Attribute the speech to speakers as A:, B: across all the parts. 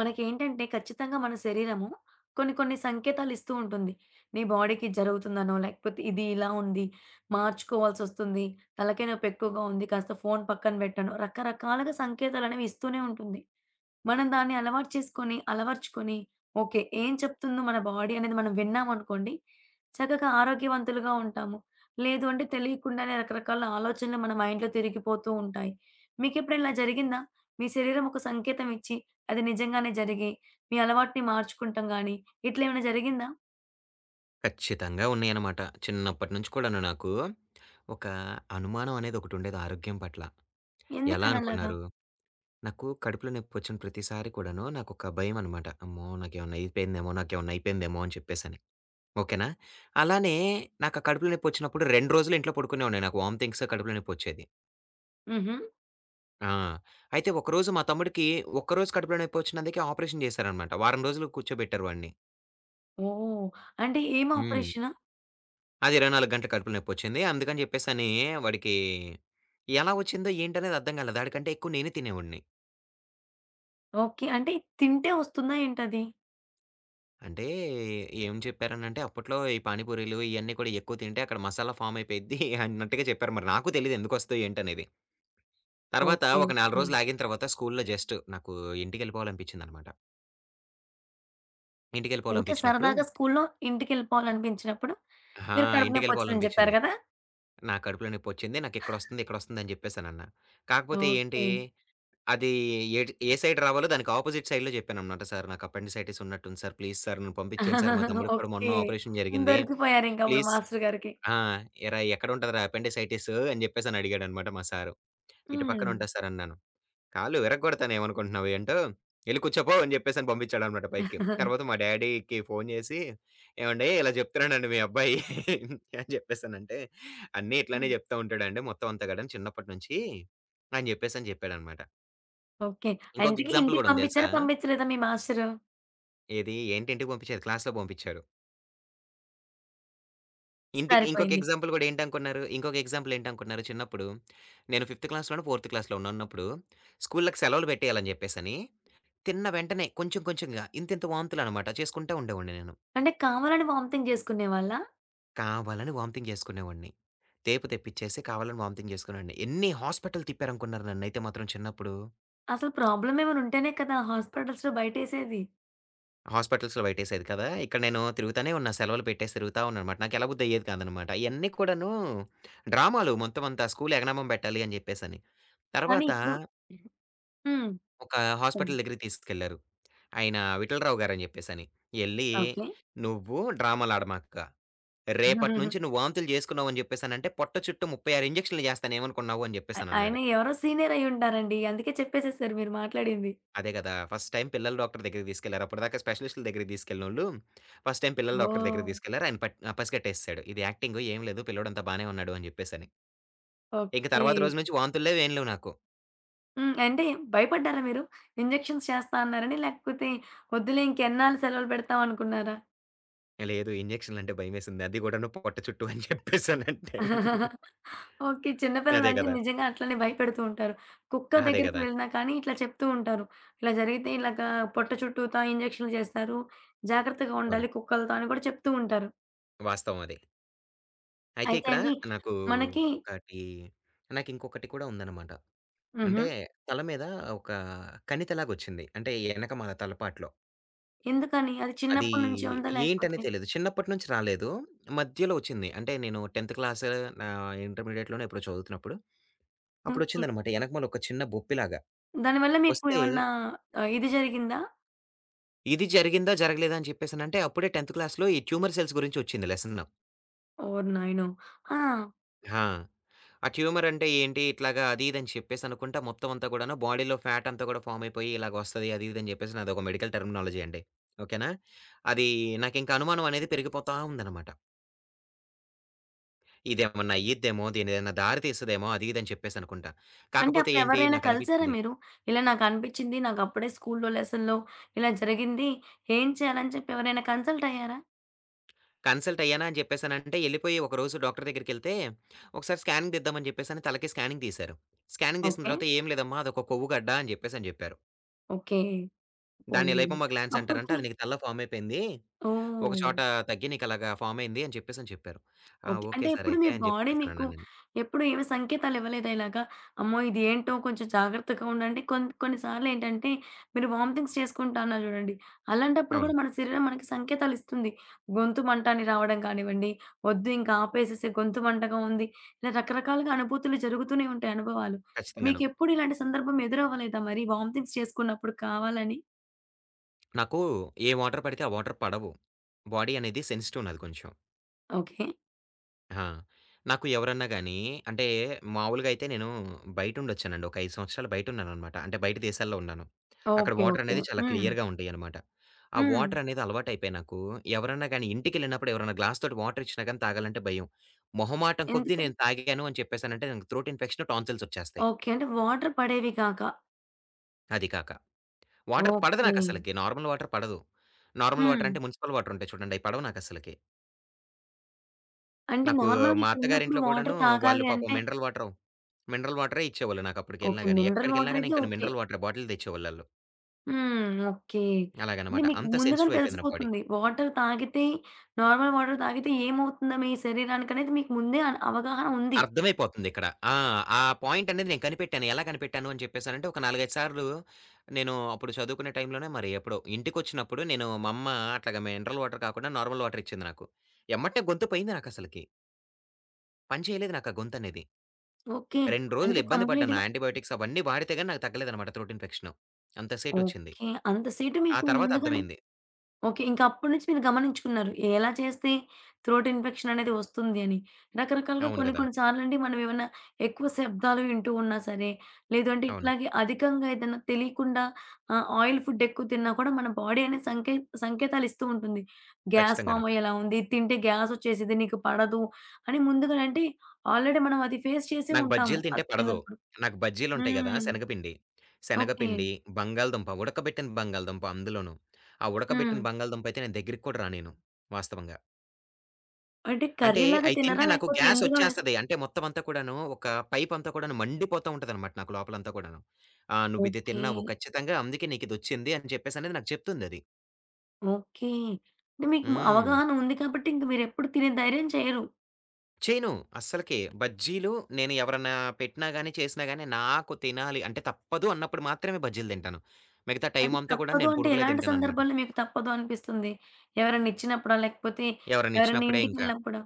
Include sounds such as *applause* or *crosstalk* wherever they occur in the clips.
A: మనకేంటంటే ఖచ్చితంగా మన శరీరము కొన్ని కొన్ని సంకేతాలు ఇస్తూ ఉంటుంది. నీ బాడీకి ఇది జరుగుతుందనో, లేకపోతే ఇది ఇలా ఉంది, మార్చుకోవాల్సొస్తుంది, తలకాయ నొప్పి ఎక్కువగా ఉంది, కాస్త ఫోను పక్కన పెట్టనో రకరకాలుగా సంకేతాలనేవి ఇస్తూనే ఉంటుంది. మనం దాన్ని అలవాటు చేసుకొని, అలవర్చుకొని, ఓకే. ఏం చెప్తుందో మన బాడీ అనేది మనం విన్నామనుకోండి, చక్కగా ఆరోగ్యవంతులుగా ఉంటాము. లేదు అంటే తెలియకుండానే రకరకాల ఆలోచనలు మన మైండ్‌లో తిరిగిపోతూ ఉంటాయి. మీకెప్పుడైనా ఇలా జరిగిందా? మీ శరీరం ఒక సంకేతం ఇచ్చి, అది నిజంగానే జరిగి, మీ అలవాటుని మార్చుకుంటాం గానీ, ఇట్లా ఏమైనా జరిగిందా?
B: ఖచ్చితంగా ఉన్నాయన్నమాట. చిన్నప్పటి నుంచి కూడాను నాకు ఒక అనుమానం అనేది ఒకటుండేది ఆరోగ్యం పట్ల. ఎలా
A: ఎందుకని అలాగా?
B: అనుకున్నారు? నాకు కడుపులో నొప్పొచ్చిన ప్రతిసారి కూడాను నాకొక భయమనమాట. అమ్మో! నాకేమన్నా అయిపోయిందేమో అని చెప్పేసని. ఓకేనా? అలానే నాకు ఆ కడుపులో నొప్పొచ్చినప్పుడు 2 రోజులు ఇంట్లో పడుకునేవాడిని. నాకు వామిటింగ్స్, కడుపులో నొప్పొచ్చేది.
A: హుహు.
B: ఆ! అయితే ఒకరోజు మా తమ్ముడికి ఒక్కరోజు కడుపులో నొప్పొచ్చినందుకే ఆపరేషన్ చేశారనమాట. వారం రోజులు కూర్చోబెట్టారు వాడిని.
A: ఓహ్! అంటే ఏం
B: హ్మ్.
A: ఆపరేషనా?
B: అది 24 గంటలు కడుపులో నొప్పొచ్చింది. అందుకని చెప్పేసని వాడికి ఎలా వచ్చిందో ఏంటనేది అర్థం కాలేదు. ఆడికంటే ఎక్కువ నేనే తినేవాడిని.
A: ఓకే. అంటే తింటే వస్తుందా ఏంటది?
B: అంటే ఏం చెప్పారనంటే, "అప్పట్లో ఈ పానీపూరీలు ఇయన్నీ కూడా ఎక్కువ తింటే అక్కడ మసాలా ఫార్మ్ అయిపోయిద్ది" *laughs* అన్నట్టుగా చెప్పారు. మరి నాకు తెలీదు ఎందుకొస్తాయో ఏంటనేది. తర్వాత
A: ఓకే.
B: ఒక 4
A: ఓకే.
B: రోజులు ఆగిన తర్వాత స్కూలులో జస్ట్ నాకు ఇంటికెళ్ళిపోవాలనిపించిందనమాట.
A: ఊరికే
B: ఇంటికెళ్ళిపోవాలనిపించినప్పుడు
A: సరదాగా స్కూల్లో ఇంటికెళ్ళిపోవాలనిపించినప్పుడు,
B: ఆ!
A: మీరు కడుపు నొప్పొచ్చిందని జెప్పారు
B: ఇంటికెళ్ళిపోవాలనిపించింది.
A: గదా!
B: నాకు కడుపులో నొప్పొచ్చింది. నాకిక్కడొస్తుంది, ఇక్కడొస్తుంది అని చెప్పేసనన్నా. కాకపోతే ఏంటి
A: ఓకే.
B: అది ఏట్ ఏ సైడ్ రావాలో దానికి అపోజిట్ సైడ్‌లో జెప్పాననమాట. సార్ నాకు అపెండిసైటిస్ ఉన్నట్టుంది సార్. ప్లీజ్ సార్ నన్ను పంపించేయండి సార్. మా
A: *laughs*
B: తమ్ముడికి కూడా మొన్న
A: ఓకే.
B: ఆపరేషన్ జరిగింది.
A: దొరికిపోయారింకప్పుడు
B: ప్లీజ్
A: మాస్టర్ గారికి.
B: ఆ! "ఏరా ఎక్కడుంటదిరా అపెండిసైటిస్" అని జెప్పేసని అడిగాడనమాట మా సారు. "ఇటు పక్కన
A: హ్మ్.
B: ఉంటది సార్" అన్నాను. "కాళ్ళు విరగ్గొడతాను ఏమనుకుంటున్నావు ఏంటో ఎళ్లి కూర్చోపో" అని జెప్పేసని పంపించాడనమాట పైకి. తర్వాత
A: *laughs*
B: మా డ్యాడీకి ఫోను జేసి "ఏవండీ ఇలా జెప్తున్నాడండి మీ అబ్బాయి" అని జెప్పేసనంటే, "అన్నీ
A: హ్మ్.
B: ఇట్లనే జెప్తా ఉంటాడండి మొత్తం అంతా గూడాను చిన్నప్పటి నుంచి" అని జెప్పేసని జెప్పాడనమాట.
A: ఓకే.
B: ఇంకొక
A: ఇంతకి
B: ఎగ్జాంపుల్
A: ఇంటికి
B: గూడుంది తెలుసా?
A: పంపిచ్చారా? పంపిచ్చలేదా మీ మాస్టరు?
B: ఏది ఏంటి ఇంటికి పంపించారు క్లాస్‌లో పంపించారు. ఇంటికి ఇంకొక
A: సరిపోయింది.
B: ఎగ్జాంపుల్ గూడా ఏంటనుకున్నారు? ఇంకొక ఎగ్జాంపుల్ ఏంటనుకున్నారు చిన్నప్పుడు? నేను ఫిఫ్త్ క్లాస్‌లోనో, ఫోర్త్ క్లాస్‌లో ఉన్నప్పుడు స్కూల్‌లకి సెలవులు పెట్టేయాలని జెప్పేసని తిన్న వెంటనే కొంచెం కొంచెంగా ఇంతింత వాంతులనమాట చేసుకుంటా ఉండేవాడిని నేను.
A: అంటే కావాలని వామిటింగ్ జేసుకునేవాళ్ళా?
B: కావాలని వామిటింగ్ జేసుకునేవాడిని. టేపు తెప్పించేసి కావాలని వామిటింగ్ జేసుకునేవాడిని. ఎన్ని హాస్పిటల్ తిప్పారనుకున్నారు నన్నైతే మాత్రం చిన్నప్పుడు?
A: అసలు ప్రాబ్లమ్ ఏమైనా ఉంటేనే కదా! హాస్పిటల్స్‌లో బయటేసేది.
B: హాస్పిటల్స్‌లో పెట్టేసేది కదా! ఇక్కడ నేను తిరుగుతానే ఉన్నా. సెలవులు పెట్టేసి తిరుగుతా ఉన్నాననమాట. నాకు ఎళ్ళబుద్ధి అయ్యేది కాదనమాట. ఇయన్నీ కూడాను డ్రామాలు మొత్తం అంతా స్కూలు ఎగనామం పెట్టాలి అని జెప్పేసని.
A: కానీ
B: తర్వాత
A: ఇప్పుడు హ్మ్.
B: ఒక
A: చెప్పండి.
B: హాస్పిటల్ దగ్గరికి తీసుకెళ్లారు. ఆయన విఠలరావు గారని జెప్పేసని. ఎళ్లి
A: ఓకే.
B: "నువ్వు డ్రామాలాడమాక. రేపటి నుంచి
A: *laughs*
B: నువ్వు వాంతులు జేసుకున్నావు అని జెప్పేసనంటే పొట్ట చుట్టూ 36 ఇంజెక్షన్‌లు జేస్తాను ఏమనుకున్నావు" అని
A: ఆ ఆయన
B: జెప్పేసనన్నాడు.
A: ఎవరో సీనియర్ అయ్యుంటారండి. అందుకే చెప్పేసేసారు మీరు మాట్లాడింది.
B: అదే గదా! ఫస్ట్ టైమ్ పిల్లల డాక్టర్ దగ్గరికి తీసుకెళ్లారు. అప్పటిదాకా స్పెషలిస్ట్‌ల దగ్గరికి తీసుకెళ్ళినోళ్ళు, ఫస్ట్ టైమ్ పిల్లల డాక్టర్ దగ్గరికి
A: ఓహ్!
B: తీసుకెళ్లారు. ఆయన పసిగట్టేసేసాడు. ఇది యాక్టింగు ఏం లేదు. పిల్లోడంతా బానే ఉన్నాడు అని జెప్పేసని. ఇంక
A: ఓకే.
B: తర్వాత రోజు నుంచి వాంతులు లేవు. ఏం లేవు నాకు.
A: హ్మ్. అంటే భయపడ్డారా మీరు? ఇంజెక్షన్స్ చేస్తా అన్నారని? లేకపోతే వద్దులే ఇంకెన్నాళ్ళు సెలవులు పెడతాం అనుకున్నారా?
B: లేదు ఇంజెక్షన్‌లంటే భయమేసింది. అది గూడాను పొట్ట చుట్టూ అని చెప్పేసనంటే.
A: ఓకే. చిన్న
B: అదే
A: పిల్లలంటే
B: గదా!
A: నిజంగా అట్లనే భయపెడుతూ ఉంటారు. కుక్క
B: అదే
A: దగ్గరికి
B: గదా!
A: వెళ్ళినా కానీ ఇట్లా చెప్తూ ఉంటారు. ఇలా జరిగితే ఇలాగా పొట్ట చుట్టూతా ఇంజెక్షన్‌లు చేస్తారు. జాగ్రత్తగా
B: అవును.
A: ఉండాలి కుక్కలతో అని కూడా చెప్తూ ఉంటారు.
B: వాస్తవం అది. అయితే
A: అయితే
B: ఇక్కడ
A: అండి
B: నాకు
A: మనకి
B: ఒకటి నాకింకొకటి కూడా ఉందన్నమాట.
A: హుహు.
B: అంటే తల మీద ఒక కణితిలాగొచ్చింది. అంటే ఎనకమాల తలపాట్లో.
A: ఎందుకని? అది
B: అది
A: చిన్నప్పటి నుంచే ఉందా? లేకపోతే
B: ఏంటనే తెలీదు. చిన్నప్పటి నుంచి రాలేదు. మధ్యలో వచ్చింది. అంటే నేను 10థ్ క్లాస్ నా ఇంటర్మీడియేట్‌లోనో ఎప్పుడో చదువుతున్నప్పుడు
A: ఓకే.
B: అప్పుడొచ్చిందనమాట. ఎనకమాల ఒక చిన్న బొప్పిలాగా.
A: దానివల్ల మీకు
B: వస్తే
A: ఏమన్నా ఆహ్, ఇది జరిగిందా?
B: ఇది జరిగిందా? జరగలేదా? అని చెప్పేసనంటే అప్పుడే 10థ్ క్లాస్‌లో ఈ ట్యూమర్ సెల్స్ గురించి వచ్చింది లెసను.
A: ఓరి నాయనో! ఆ!
B: ఆ! ఆ ట్యూమర్ అంటే ఏంటి? ఇట్లాగా అది ఇది అని చెప్పేసి అనుకుంటా మొత్తం అంతా కూడాను బాడీలో ఫ్యాట్ అంతా కూడా ఫార్మ్ అయిపోయి ఇలాగొస్తది అది ఇది అని చెప్పేసి అదొక మెడికల్ టెర్మినాలజీ అండి. ఓకేనా? అది నాకింక అనుమానం అనేది పెరిగిపోతా ఉందనమాట. ఇదేమన్నా అయ్యిద్దేమో, దీనేదైనా దారి తీస్తదేమో అది ఇది అని చెప్పేసనుకుంటా.
A: అంటే
B: కాకపోతే ఏంటి
A: అప్పుడెవరైనా కలిసారా
B: నాకనిపిచ్చింది.
A: మీరు? ఇలా నాకనిపిచ్చింది. నాకప్పుడే స్కూలులో లెసన్‌లో ఇలా జరిగింది. ఏం చేయాలని చెప్పి ఎవరైనా కన్సల్ట్ అయ్యారా?
B: కన్సల్ట్ అయ్యానా అని చెప్పేసనంటే ఎళ్ళిపోయి ఒకరోజు డాక్టర్ దగ్గరికెళ్తే, ఒకసారి స్కానింగ్ తీద్దామని చెప్పేసని తలకి స్కానింగ్ తీశారు. స్కానింగ్ తీసిన
A: ఓకే.
B: తర్వాత "ఏం లేదమ్మా అదొక కొవ్వుగడ్డ" అని చెప్పేసని జెప్పారు.
A: ఓకే.
B: దాన్ని
A: పోనీలెండి.
B: లైపోమా గ్లాండ్స్ అంటారంట.
A: అప్పటికి
B: అది నీకు తలలో ఫార్మ్ అయిపోయింది. ఒక
A: ఓహ్!
B: చోట తగ్గి నీకలాగా ఫార్మ్ అయింది అని చెప్పేసని చెప్పారు. ఆ!
A: ఓకే. అంటే
B: ఓకే సార్
A: ఎప్పుడు మీ
B: అయితే అని
A: బాడీ మీకు
B: జెప్పేసనన్నా నేను.
A: ఎప్పుడు ఏమి సంకేతాలు ఇవ్వలేదా ఇలాగా? అమ్మో! ఇదేంటో కొంచెం జాగ్రత్తగా ఉండు అంటే కొన్ని కొన్ని సార్లేంటంటే మీరు వామిటింగ్స్ చేసుకుంటా అన్నారు చూడండి. అలాంటప్పుడు
B: అవును.
A: కూడా మన శరీరం మనకి సంకేతాలు ఇస్తుంది. గొంతు మంట అని రావడం కానివ్వండి, వద్దు ఇంక ఆపేసేసే గొంతు మంటగా ఉంది. ఇలా రకరకాలుగా అనుభూతులు జరుగుతూనే ఉంటాయి అనుభవాలు.
B: ఖచ్చితంగాను.
A: మీకెప్పుడు ఇలాంటి సందర్భం ఎదురవ్వలేదా మరి వామిటింగ్స్ చేసుకున్నప్పుడు కావాలని?
B: నాకు ఏ వాటర్ పడితే ఆ వాటర్ పడవు. బాడీ అనేది సెన్సిటివ్ నాది కొంచెం.
A: ఓకే.
B: ఆ! నాకు ఎవరన్నా గాని అంటే మామూలుగా అయితే నేను బయటుండొచ్చానండి. ఒక 5 సంవత్సరాలు బయటున్నాననమాట. అంటే బయట దేశాల్లో ఉన్నాను. అక్కడ
A: ఓకే. ఓకే.
B: వాటరనేది చాలా
A: హ్మ్.
B: క్లియర్‌గా ఉంటాయనమాట. ఆ
A: హ్మ్.
B: వాటరనేది అలవాటయిపోయి నాకు ఎవరన్నా గాని ఇంటికెళ్ళినప్పుడు ఎవరైనా గ్లాస్ తోటి వాటరిచ్చినా గాని తాగాలంటే భయం. మొహమాటం కొద్దీ
A: ఎందుకని?
B: నేను తాగాను అని చెప్పేసానంటే నాకు త్రోట్ ఇన్ఫెక్షన్, టాన్సిల్స్ ఒచ్చేస్తాయి.
A: ఓకే. అంటే వాటర్ పడేవి కాక.
B: అది కాక. వాటర్ పడదు
A: ఓకే.
B: నాకసలకి. నార్మల్ వాటర్ పడదు. నార్మల్ వాటర్
A: హ్మ్.
B: అంటే మున్సిపల్ వాటరుంటాయి చూడండి. అయి పడవు నాకసలకి.
A: అంటే
B: నాకు
A: నార్మల్‌గా
B: మా
A: ఇక్కడున్నప్పుడు
B: అత్తగారింట్లో
A: వాటర్
B: కూడాను వాళ్ళు
A: తాగాలి
B: పాపం
A: అంటే
B: మినరల్ వాటరు, మినరల్ వాటరే ఇచ్చేవాళ్ళు
A: ఓకే.
B: నాకప్పటికెళ్ళినా గాని.
A: మినరల్
B: ఎక్కడికెళ్ళినా
A: వాటర్
B: గాని
A: అయితే
B: ఇంక
A: ఓకే.
B: మినరల్ వాటర్ బాటిల్ తెచ్చేవాళ్ళాళ్ళు.
A: హ్మ్. ఓకే. అంటే
B: అలాగనమాట.
A: మీకు
B: అంత
A: ముందుగానే
B: సెన్సిటివ్ అయిపోయింది నా బాడీ.
A: తెలిసిపోతుంది. వాటర్ తాగితే నార్మల్ వాటర్ తాగితే ఏమవుతుందో మీ శరీరానికనేది మీకు ముందే అన్ అవగాహన ఉంది.
B: అర్థమైపోతుందిక్కడ. ఆ! ఆ పాయింట్ అనేది నేను కనిపెట్టాను. ఎలా కనిపెట్టాను అని చెప్పేసనంటే ఒక 4, 5 సార్లు నేను అప్పుడు చదువుకునే టైంలోనే మరి ఎప్పుడో ఇంటికొచ్చినప్పుడు నేను మా అమ్మ అట్లాగా మినరల్ వాటర్ కాకుండా నార్మల్ వాటర్ ఇచ్చింది నాకు. ఎమ్మటే గొంతు పోయింది నాకసలకి. పని చేయలేదు నాకు ఆ గొంతనేది.
A: ఓకే.
B: 2 రోజులు
A: అంటే
B: ఇబ్బంది పడ్డాను.
A: కంప్లీట్‌గా
B: యాంటీబయాటిక్స్ అవన్నీ వాడితే గాని నాకు తగ్గలేదనమాట త్రోట్ ఇన్ఫెక్షన్. అంత సేటొచ్చింది.
A: ఓకే. అంత సేటు
B: ఆ
A: మీకు
B: తర్వాత
A: ముందుగానే
B: అర్థమైంది.
A: ఓకే. ఇంకా అప్పటి నుంచి మీరు గమనించుకున్నారు. ఎలా చేస్తే త్రోట్ ఇన్ఫెక్షన్ అనేది వస్తుంది అని. రకరకాలుగా
B: అవును
A: కొన్ని
B: గదా!
A: కొన్ని సార్లండి మనం ఏమన్నా ఎక్కువ శబ్దాలు వింటూ ఉన్నా సరే, లేదంటే
B: అవును.
A: ఇట్లాగే అధికంగా ఏదైనా తెలియకుండా ఆహ్, ఆయిల్ ఫుడ్ ఎక్కువ తిన్నా కూడా మన బాడీ అనేది సంకేతాలు ఇస్తూ ఉంటుంది. గ్యాస్
B: ఖచ్చితంగాను.
A: ఫార్మ్ అయ్యేలా ఉంది. ఇది తింటే గ్యాస్ వచ్చేసిద్ది. నీకు పడదు అని ముందుగానే అంటే ఆల్రెడీ మనం అది ఫేస్ చేసే
B: నాకు
A: ఉంటాము.
B: బజ్జీలు తింటే
A: అది
B: పడదు.
A: తిన్నప్పుడు.
B: నాకు బజ్జీలుంటాయి గదా!
A: హ్మ్.
B: శనగపిండి.
A: ఓకే.
B: శనగపిండి, బంగాళదుంప, ఉడకబెట్టిన బంగాళదుంప అందులోను. ఆ
A: హ్మ్.
B: ఉడకబెట్టిన బంగాళదుంప అయితే నేను దగ్గరికి కూడా రానిను వాస్తవంగా.
A: అంటే
B: అంటే
A: కర్రీలాగా
B: అయి తింటే
A: తినరా?
B: నాకు
A: లేకపోతే ఎందులో వేస్
B: గ్యాసొచ్చేస్తది. అంటే మొత్తం అంతా కూడాను ఒక పైప్ అంతా కూడాను మండిపోతా ఉంటదనమాట నాకు లోపలంతా కూడాను. "ఆ! నువ్విది
A: ఓకే.
B: తిన్నావు ఖచ్చితంగా అందుకే నీకిదొచ్చింది" అని చెప్పేసనేది నాకు చెప్తుందది.
A: ఓకే. అంటే మీకు
B: హ్మ్.
A: అవగాహన ఉంది కాబట్టి ఇంక మీరెప్పుడు తినే ధైర్యం చేయరు.
B: చేయను. అస్సలకే. బజ్జీలు నేను ఎవరన్నా పెట్టినా గాని, చేసినా గాని నాకు తినాలి అంటే తప్పదు అన్నప్పుడు మాత్రమే బజ్జీలు తింటాను. మిగతా టైం
A: అంటే
B: అంతా కూడా
A: తప్పదు
B: నేను
A: అంటే
B: పునుగులే
A: ఎలాంటి
B: తింటాననమాట.
A: సందర్భాల్లో మీకు తప్పదు అనిపిస్తుంది? ఎవరన్నా ఇచ్చినప్పుడా? లేకపోతే
B: ఎవరన్నా
A: ఎవరన్నా
B: ఇచ్చినప్పుడే ఇంకా.
A: ఇంటికెళ్ళినప్పుడా?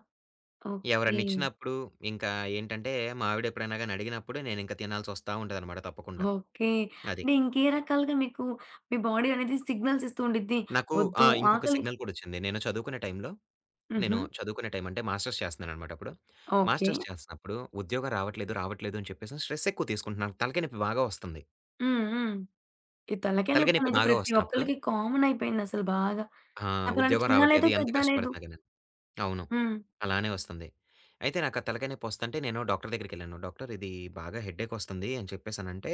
A: ఓకే.
B: ఎవరన్నా ఇచ్చినప్పుడు ఇంకా ఏంటంటే, మా ఆవిడ ఎప్పుడైనా గాని అడిగినప్పుడు నేనింక తినాల్సొస్తా ఉంటదనమాట తప్పకుండా.
A: ఓకే.
B: అది.
A: అంటే ఇంకే రకాలుగా మీకు మీ బాడీ అనేది సిగ్నల్స్ ఇస్తూ ఉండిద్ది.
B: నాకు ఆ!
A: వద్దు
B: ఇంకొక
A: ఆకలి
B: సిగ్నల్ కూడా వచ్చింది. నేను చదువుకునే టైంలో
A: హుహు.
B: నేను చదువుకునే టైం అంటే మాస్టర్స్ చేస్తున్నాననమాట అప్పుడు.
A: ఓకే.
B: మాస్టర్స్ చేస్తున్నప్పుడు ఉద్యోగం రావట్లేదు అని చెప్పేసి స్ట్రెస్ ఎక్కువ తీసుకుంటున్నాను. తలకాయ నొప్పి బాగా వస్తుంది.
A: హ్మ్. హ్మ్. ఈ తలకాయ
B: తలకాయ నొప్పి
A: నొప్పనేది
B: బాగా
A: ప్రతి
B: వస్తున్నప్పుడు
A: ఒక్కళ్ళకి కామన్ అయిపోయిందసలు బాగా.
B: ఆ!
A: చెప్పాలంటే
B: ఉద్యోగం
A: చిన్న లేదు,
B: రావట్లేదు. ఎంత
A: పెద్ద లేదు.
B: కష్టపడుతున్నా గాని. అవును.
A: హ్మ్.
B: అలానే వస్తుంది. అయితే నాకా తలకాయ నొప్పొస్తంటే నేను డాక్టర్ దగ్గరికెళ్ళాను. డాక్టర్ ఇది బాగా హెడ్‌ఏకొస్తుంది అని చెప్పేసనంటే,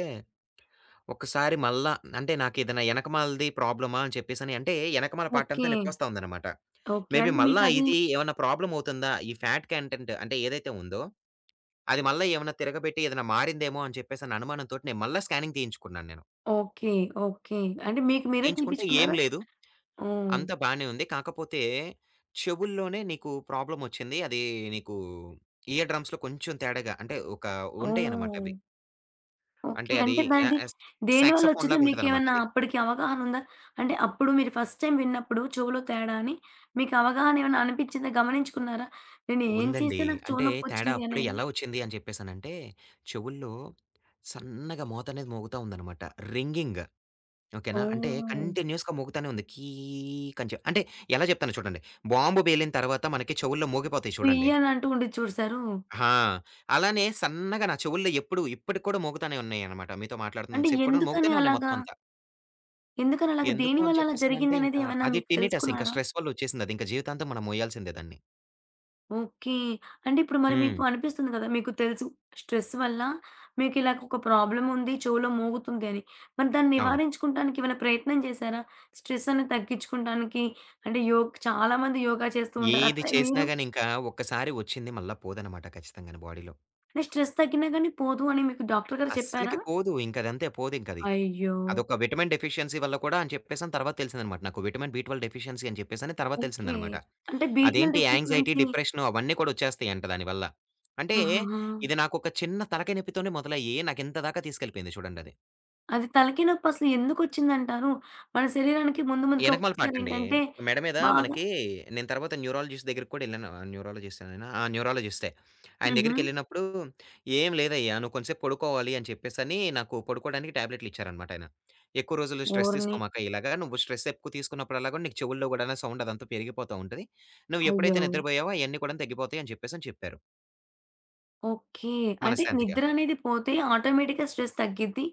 B: ఒక్కసారి మళ్ళా అంటే నాకేదైనా ఎనకమాలది ప్రాబ్లమా అని చెప్పేసని అంటే ఎనకమాల పార్ట్ అంతా
A: ఓకే.
B: నొప్పొస్తా ఉందనమాట.
A: ఓకే.
B: మేబీ
A: అంటే
B: మళ్ళా
A: మీకది
B: ఇది ఏమన్నా ప్రాబ్లమ్ అవుతుందా? ఈ ఫ్యాట్ కంటెంట్ అంటే ఏదైతే ఉందో, అది మళ్ళా ఏమన్నా తిరగబెట్టి ఏదైనా మారిందేమో అని చెప్పేసని అనుమానంతోటి నేను మళ్ళా స్కానింగ్ తీయించుకున్నాను నేను.
A: ఓకే. ఓకే. అంటే మీకు మీరే
B: తీయించుకుంటే ఏం
A: తీపిచ్చుకున్నారా?
B: లేదు.
A: ఓహ్!
B: అంతా బానే ఉంది. కాకపోతే చెవుల్లోనే నీకు ప్రాబ్లమొచ్చింది. అది నీకు ఇయర్ డ్రమ్స్‌లో కొంచెం తేడాగా అంటే ఒక ఉంటాయన్నమాట
A: ఓహ్!
B: అవి.
A: ఓకే.
B: అంటే అది
A: అంటే
B: య
A: దానిది
B: యస్
A: దేనివల్లొచ్చిందో
B: సాక్సోఫోన్‌లాగా ఉంటదన్నమాట
A: మీకేమన్నా
B: అది.
A: అప్పటికి అవగాహనుందా? అంటే అప్పుడు మీరు ఫస్ట్ టైమ్ విన్నప్పుడు చెవులో తేడా అని మీకు అవగాహన ఏమన్నా అనిపిచ్చిందా? గమనించుకున్నారా? నేను ఏం
B: ఉందండి.
A: చేస్తే నాకు చెవు
B: అంటే తేడా
A: నొప్పొచ్చింది
B: అప్పుడే
A: అనేది?
B: ఎలా వచ్చింది అని చెప్పేసనంటే, చెవుల్లో సన్నగా మోతనేది మోగుతా ఉందన్నమాట. రింగింగ్ ఓకేనా? అంటే
A: ఓహ్!
B: కంటిన్యూయస్‌గా మోగుతానే ఉంది. కీ అని చె అంటే ఎలా చెప్తానో చూడండి. బాంబు పేలిన తర్వాత మనకి చెవుల్లో మోగిపోతాయి
A: సుయ్
B: చూడండి.
A: అని అంటూ ఉండిద్ది చూశారు.
B: ఆ! అలానే సన్నగా నా చెవుల్లో ఎప్పుడు ఇప్పటికి కూడా మోగుతానే ఉన్నాయన్నమాట. మీతో
A: అంటే
B: మాట్లాడుతున్నంత సేపు కూడా
A: ఎందుకని
B: మోగుతానే ఉన్నాయి
A: అలాగా?
B: మొత్తం అంతా.
A: ఎందుకని అలాగా?
B: ఎందుకు అని
A: దేనివల్ల అలా
B: చెప్పేసనంటే
A: జరిగిందనేది
B: ఇంకా
A: ఏమన్నా
B: అది
A: మీకు
B: టెనిటస్ ఇంకా
A: తెలుసుకున్నారా?
B: స్ట్రెస్ వల్ల వచ్చేసింది అది. ఇంకా జీవితాంతం మనం మోయాల్సిందే దాన్ని.
A: ఓకే. అంటే ఇప్పుడు మరి
B: హ్మ్.
A: మీకు అనిపిస్తుంది కదా! మీకు తెలుసు స్ట్రెస్ వల్ల మీకిలాగ ఒక ప్రాబ్లమ్ ఉంది. చెవులో మోగుతుంది అని. మరి దాన్ని
B: అవును.
A: నివారించుకుంటానికి ఏమైనా ప్రయత్నం చేశారా? స్ట్రెస్ అనేది తగ్గించుకుంటానికి అంటే చాలామంది యోగా చేస్తూ ఉంటారు.
B: ఏది
A: అట్లా
B: చేసినా
A: మీరు
B: గాని ఇంకా ఒక్కసారి వచ్చింది మళ్ళా పోదన్నమాట ఖచ్చితంగాను బాడీలో.
A: అంటే స్ట్రెస్ తగ్గినా గానీ పోదు అని మీకు డాక్టర్ గారు చెప్పారా?
B: అస్సలకి పోదు. ఇంకదంతే పోదింకది.
A: అయ్యో!
B: అదొక విటమిన్ డెఫిషియన్సీ వల్ల కూడా అని చెప్పేసని తర్వాత తెలిసిందన్నమాట నాకు. విటమిన్ బి12 డెఫిషియన్సీ అని చెప్పేసని తర్వాత
A: ఓకే.
B: తెలిసిందన్నమాట.
A: అంటే బి12
B: అదేంటి యాంగ్జైటీ,
A: డెఫిషియన్సీ
B: డిప్రెషను అవన్నీ కూడా వచ్చేస్తాయంట దానివల్ల. అంటే
A: ఆహాహా!
B: ఇది నాకొక చిన్న తలకాయ నొప్పితోనే మొదలయ్యి నాకింత దాకా తీసుకెళ్ళిపోయింది చూడండది.
A: అది తలకి నొప్పి అసలు ఎందుకొచ్చిందంటారు? మన శరీరానికి ముందు ముందుగా
B: ఎనకమాల
A: ఒక్కొక్కసారి
B: పాటండి.
A: ఏంటంటే
B: మెడ మీద
A: బాగా
B: మనకి నేను తర్వాత న్యూరాలజిస్ట్ దగ్గరికి కూడా ఎళ్ళాను. న్యూరాలజిస్టేనా? ఆ! న్యూరాలజిస్టే. ఆయన
A: హుహు.
B: దగ్గరికెళ్ళినప్పుడు "ఏం లేదయ్యా నువ్వు కొంసేపు పడుకోవాలి" అని చెప్పేసని నాకు పడుకోవడానికి టాబ్లెట్లు ఇచ్చారనమాట ఆయన. "ఎక్కువ రోజులు స్ట్రెస్
A: ఓరిని!
B: తీసుకోమాక ఇలాగా నువ్వు స్ట్రెస్ ఎక్కువ తీసుకున్నప్పుడల్లా కూడా నీకు చెవుల్లో గూడాను సౌండ్ అదంతా పెరిగిపోతా ఉంటది. నువ్వు
A: అయ్యో!
B: ఎప్పుడైతే నిద్రపోయావో అయన్నీ కూడా తగ్గిపోతాయి" అని చెప్పేసని చెప్పారు
A: ఓకే. అంటే
B: మనశ్శాంతిగా.
A: నిద్రనేది పోతే ఆటోమేటిక్‌గా స్ట్రెస్ తగ్గిద్ది.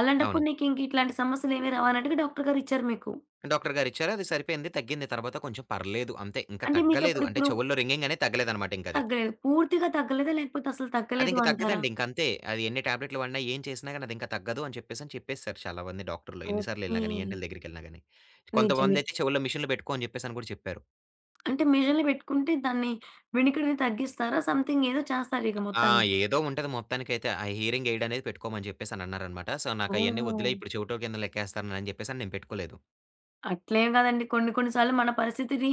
A: అలాంటప్పుడు
B: అవును.
A: నీకింక ఇట్లాంటి సమస్యలేమి రావన్నట్టుగా డాక్టర్ గారిచ్చారు మీకు.
B: డాక్టర్ గారిచ్చారు. అది సరిపోయింది. తగ్గింది. తర్వాత కొంచెం పర్లేదు అంతే. ఇంక
A: అంటే
B: తగ్గలేదు.
A: మీకప్పుడు
B: అంటే
A: ఇప్పుడు
B: చెవుల్లో రింగింగ్ అనేది తగ్గలేదనమాట ఇంకది.
A: తగ్గలేదు. పూర్తిగా తగ్గలేదా? లేకపోతే అసలు తగ్గలేదు
B: అదింక
A: అంటారా?
B: తగ్గదండి. ఇంకంతే. అది ఎన్ని టాబ్లెట్‌లు వాడినా, ఏం చేసినా గాని అదింక తగ్గదు అని చెప్పేసని చెప్పేసారు చాలా మంది డాక్టర్‌లు. ఎన్ని సార్లు
A: ఓకే.
B: ఎళ్ళినా గాని, ఈఎన్‌టీల దగ్గరికెళ్ళినా గాని.
A: నిజమే.
B: కొంతమందయితే చెవుల్లో మిషన్‌లు పెట్టుకో అని చెప్పేసని కూడా చెప్పారు.
A: అంటే మెజర్‌లు పెట్టుకుంటే దాన్ని వినికిడిని తగ్గిస్తారా? సంథింగ్ ఏదో చేస్తారిక
B: ఆ!
A: మొత్తానికి.
B: ఏదో ఉంటది మొత్తానికైతే. ఆ హీరింగ్ ఎయిడ్ అనేది పెట్టుకోమని చెప్పేసనన్నారనమాట. సో, నాకయన్నీ
A: ఓహ్!
B: వద్దులే ఇప్పుడు చెవిటోల కింద లెక్కేస్తారని చెప్పేసని నేను పెట్టుకోలేదు.
A: అట్లేం కాదండి. కొన్ని కొన్ని సార్లు మన పరిస్థితిని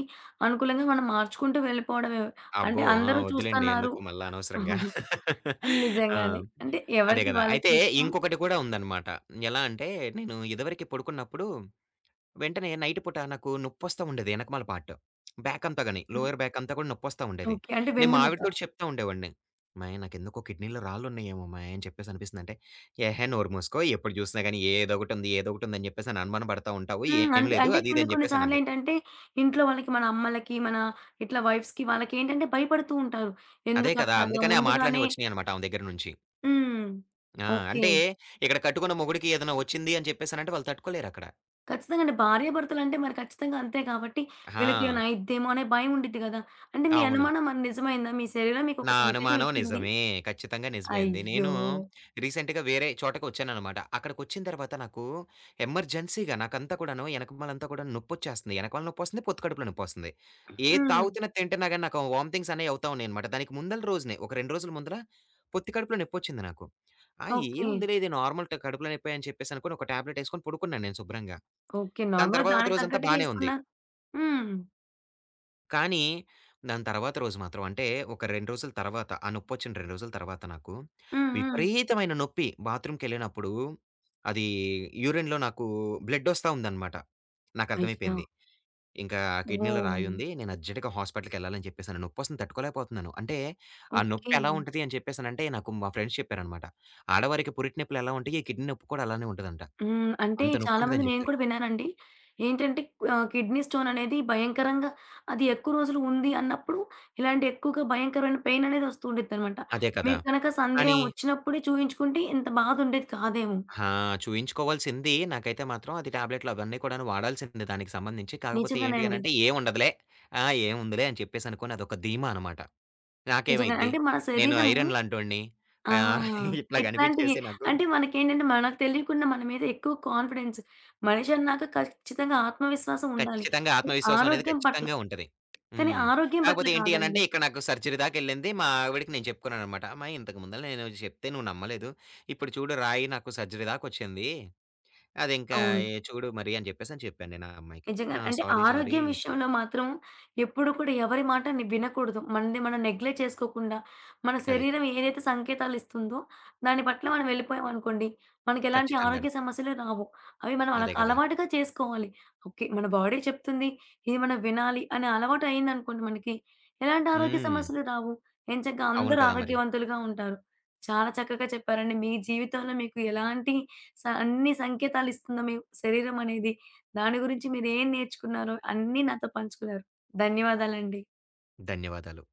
A: అనుకూలంగా మనం మార్చుకుంటూ వెళ్ళిపోవడమే. అంటే
B: అబ్బో! ఆ!
A: అందరూ
B: వద్దులెండి.
A: చూస్తన్నారు.
B: ఎందుకు మళ్ళా అనవసరంగా. ఆ!
A: నిజంగానే. అంటే
B: అదే
A: ఎవరికి
B: గదా!
A: వాళ్ళకి
B: అయితే
A: ఇష్టం.
B: ఇంకొకటి కూడా ఉందనమాట. ఎలా అంటే నేను ఇదివరకి పడుకున్నప్పుడు వెంటనే నైట్ పూట నాకు నొప్పొస్తా ఉండేది ఎనకమాల పార్ట్. బ్యాక్ అంతా గాని,
A: హ్మ్.
B: లోయర్ బ్యాక్ అంతా కూడా నొప్పొస్తా ఉండేది.
A: ఓకే. అంటే
B: నేను మా
A: వెన్నెముక.
B: ఆవిడతోటి చెప్తా ఉండేవాడిని. "అమ్మాయి నాకెందుకో కిడ్నీలో రాళ్ళున్నాయేమో అమ్మాయి" అని చెప్పేసి అనిపిస్తుందంటే, "ఏహే! నోరు మూసుకో ఎప్పుడు చూసినా గాని ఏదో ఒకటుందని" చెప్పేసి అని అనుమాన పడతా ఉంటావు.
A: హ్మ్.
B: ఏం
A: అంతే.
B: లేదు
A: అంటే
B: అది ఇది
A: కొన్ని
B: అని
A: కొన్ని
B: చెప్పేసి అనంది.
A: సార్లేంటంటే ఇంట్లో వాళ్ళకి మన అమ్మలకి, మన ఇట్లా వైఫ్స్‌కి వాళ్ళకేంటంటే భయపడుతూ ఉంటారు.
B: అదే కదా!
A: ఎందుకట్లాగా
B: అందుకనే ఆ మాటలన్నీ
A: ముందుగానే
B: వచ్చినాయనమాట ఆమె దగ్గర నుంచి.
A: హ్మ్.
B: ఆ!
A: ఓకే.
B: అంటే ఇక్కడ కట్టుకున్న మొగుడికి ఏదైనా వచ్చింది అని చెప్పేసనంటే వాళ్ళు తట్టుకోలేరక్కడ.
A: ఖచ్చితంగా అండి. భార్యాభర్తలంటే మరి ఖచ్చితంగా అంతే కాబట్టి
B: ఆ!
A: వీళ్ళకేమైనా అయిద్దేమో అనే భయం ఉండిద్ది గదా! అంటే మీ
B: అవును.
A: అనుమానం మరి నిజమైందా? మీ శరీరం
B: నా
A: మీకొక సంకేతం
B: అనుమానం
A: ఇచ్చింది.
B: నిజమే. ఖచ్చితంగా నిజమైంది.
A: అయ్యో!
B: నేను రీసెంట్‌గా వేరే చోటకొచ్చాననమాట. అక్కడికొచ్చిన తర్వాత నాకు ఎమర్జెన్సీగా నాకంతా కూడాను ఎనకమాలంతా కూడా నొప్పొచ్చేస్తుంది. ఎనకమాల నొప్పొస్తుంది, పొత్తు కడుపులో నొప్పొస్తుంది. ఏది
A: హ్మ్.
B: తాగుతున్నా, తింటున్నా గాని నాకు వామిటింగ్స్ అనేవి అవుతా ఉన్నాయన్నమాట. దానికి ముందల రోజునే ఒక 2 రోజుల ముందల పొత్తి కడుపులో నొప్పొచ్చింది నాకు. ఆ!
A: ఓకే.
B: ఏముందిలే ఇది నార్మల్ కడుపులో నొప్పే అని చెప్పేసనుకోని ఒక టాబ్లెట్ యేసుకొని పడుకున్నాను నేను శుభ్రంగా.
A: ఓకే.
B: దాని
A: నార్మల్‌గా
B: తర్వాత
A: దానికి
B: రోజంతా
A: తగ్గట్టుగా
B: బానే ఉంది.
A: ఏసుకున్నారు. హ్మ్.
B: కానీ, దాని తర్వాత రోజు మాత్రం అంటే, ఒక 2 రోజుల తర్వాత, ఆ నొప్పొచ్చిన 2 రోజుల తర్వాత నాకు
A: హ్మ్. హ్మ్.
B: విపరీతమైన నొప్పి. బాత్రూమ్‌కెళ్ళినప్పుడు అది యూరిన్‌లో నాకు బ్లడొస్తా ఉందనమాట.
A: అయ్యో!
B: నాకర్థమైపోయింది. ఇంకా కిడ్నీలో
A: ఓహ్!
B: రాయుంది. నేను అర్జెంట్‌గా హాస్పిటల్‌కెళ్ళాలని చెప్పేసని నొప్పొస్తుంది తట్టుకోలేకపోతున్నాను. అంటే, ఆ నొప్పి
A: ఓకే.
B: ఎలా ఉంటది అని చెప్పేసనంటే, నాకు మా ఫ్రెండ్స్ చెప్పారనమాట. "ఆడవారికి పురిటి నొప్పులెలా ఉంటాయి, ఈ కిడ్నీ నొప్పి కూడా అలానే ఉంటదంట.
A: హ్మ్. అంటే
B: అంత
A: చాలామంది
B: నొప్పుంటదని"
A: నేను
B: చెప్పారు.
A: కూడా విన్నానండి. ఏంటంటే ఆహ్, కిడ్నీ స్టోన్ అనేది భయంకరంగా అది ఎక్కువ రోజులు ఉంది అన్నప్పుడు, ఇలాంటి ఎక్కువగా భయంకరమైన పెయిన్ అనేది వస్తూ ఉండిద్దనమాట.
B: అదే కదా!
A: మీకు గనక
B: కానీ
A: సందేహం వచ్చినప్పుడే చూయించుకుంటే ఇంత బాధ ఉండేది కాదేమో!
B: ఆ! చూయించుకోవాల్సింది. నాకైతే మాత్రం అది టాబ్లెట్‌లు అవన్నీ కూడాను వాడాల్సిందే దానికి సంబంధించి. కాకపోతే ఏంటి
A: నిజంగానండి.
B: అనంటే ఏముండదులే. ఆ! ఏముందిలే అని చెప్పేసనుకోని అదొక ధీమా అనమాట.
A: నిజంగానే.
B: నాకేమైద్ది?
A: అంటే మన
B: నేను
A: శరీరము
B: ఐరన్ లాంటోడిని.
A: ఆ!
B: ఆహ్, ఇట్లా
A: ఇట్లాంటియి
B: కనిపిచ్చేసి నాకు
A: అంటే మనకేంటంటే మనకు తెలియకుండా మన మీద ఎక్కువ కాన్ఫిడెన్స్ మనిషన్నాక ఖచ్చితంగా ఆత్మవిశ్వాసం ఉండాలి.
B: ఖచ్చితంగా ఆత్మవిశ్వాసం అనేది
A: ఆరోగ్యం పట్ల
B: ఖచ్చితంగా ఉంటది.
A: కానీ
B: హ్మ్.
A: ఆరోగ్యం పట్ల
B: కాకపోతే ఏంటి అనంటే
A: కాదండి.
B: ఇక్కడ నాకు సర్జరీ దాకెళ్ళింది. మా ఆవిడకి నేను చెప్పుకున్నాననమాట. అమ్మాయి ఇంతకు ముందల నేను చెప్తే నువ్వు నమ్మలేదు. ఇప్పుడు చూడు రాయి నాకు సర్జరీ దాకొచ్చింది. అదింకా
A: అవును.
B: చూడు మరి అని చెప్పేసని చెప్పాను నేను ఆ అమ్మాయికి.
A: నిజంగానే.
B: ఆ!
A: అంటే
B: సారీ సారీ
A: ఆరోగ్యం విషయంలో మాత్రం ఎప్పుడు కూడా ఎవరి మాట ని వినకూడదు. మనది మనం నెగ్లెక్ట్ చేసుకోకుండా, మన
B: అది.
A: శరీరం ఏదైతే సంకేతాలు ఇస్తుందో, దాని పట్ల మనం వెళ్ళిపోయామనుకోండి, మనకెలాంటి
B: ఖచ్చితంగాను.
A: ఆరోగ్య సమస్యలు రావు. అవి మనం అలా
B: అదే కదా!
A: అలవాటుగా చేసుకోవాలి. ఓకే. మన బాడీ చెప్తుంది, ఇది మనం వినాలి అనే అలవాటు అయిందనుకోండి మనకి, ఎలాంటి ఆరోగ్య
B: హ్మ్.
A: సమస్యలు రావు. ఎంచక్కా
B: అవును
A: అందరూ
B: కదా మరి.
A: ఆరోగ్యవంతులుగా ఉంటారు. చాలా చక్కగా చెప్పారండి. మీ జీవితంలో మీకు ఎలాంటి అన్ని సంకేతాలు ఇస్తుందో మీ శరీరం అనేది, దాని గురించి మీరేం నేర్చుకున్నారో అన్నీ నాతో పంచుకున్నారు. ధన్యవాదాలండి.
B: ధన్యవాదాలు.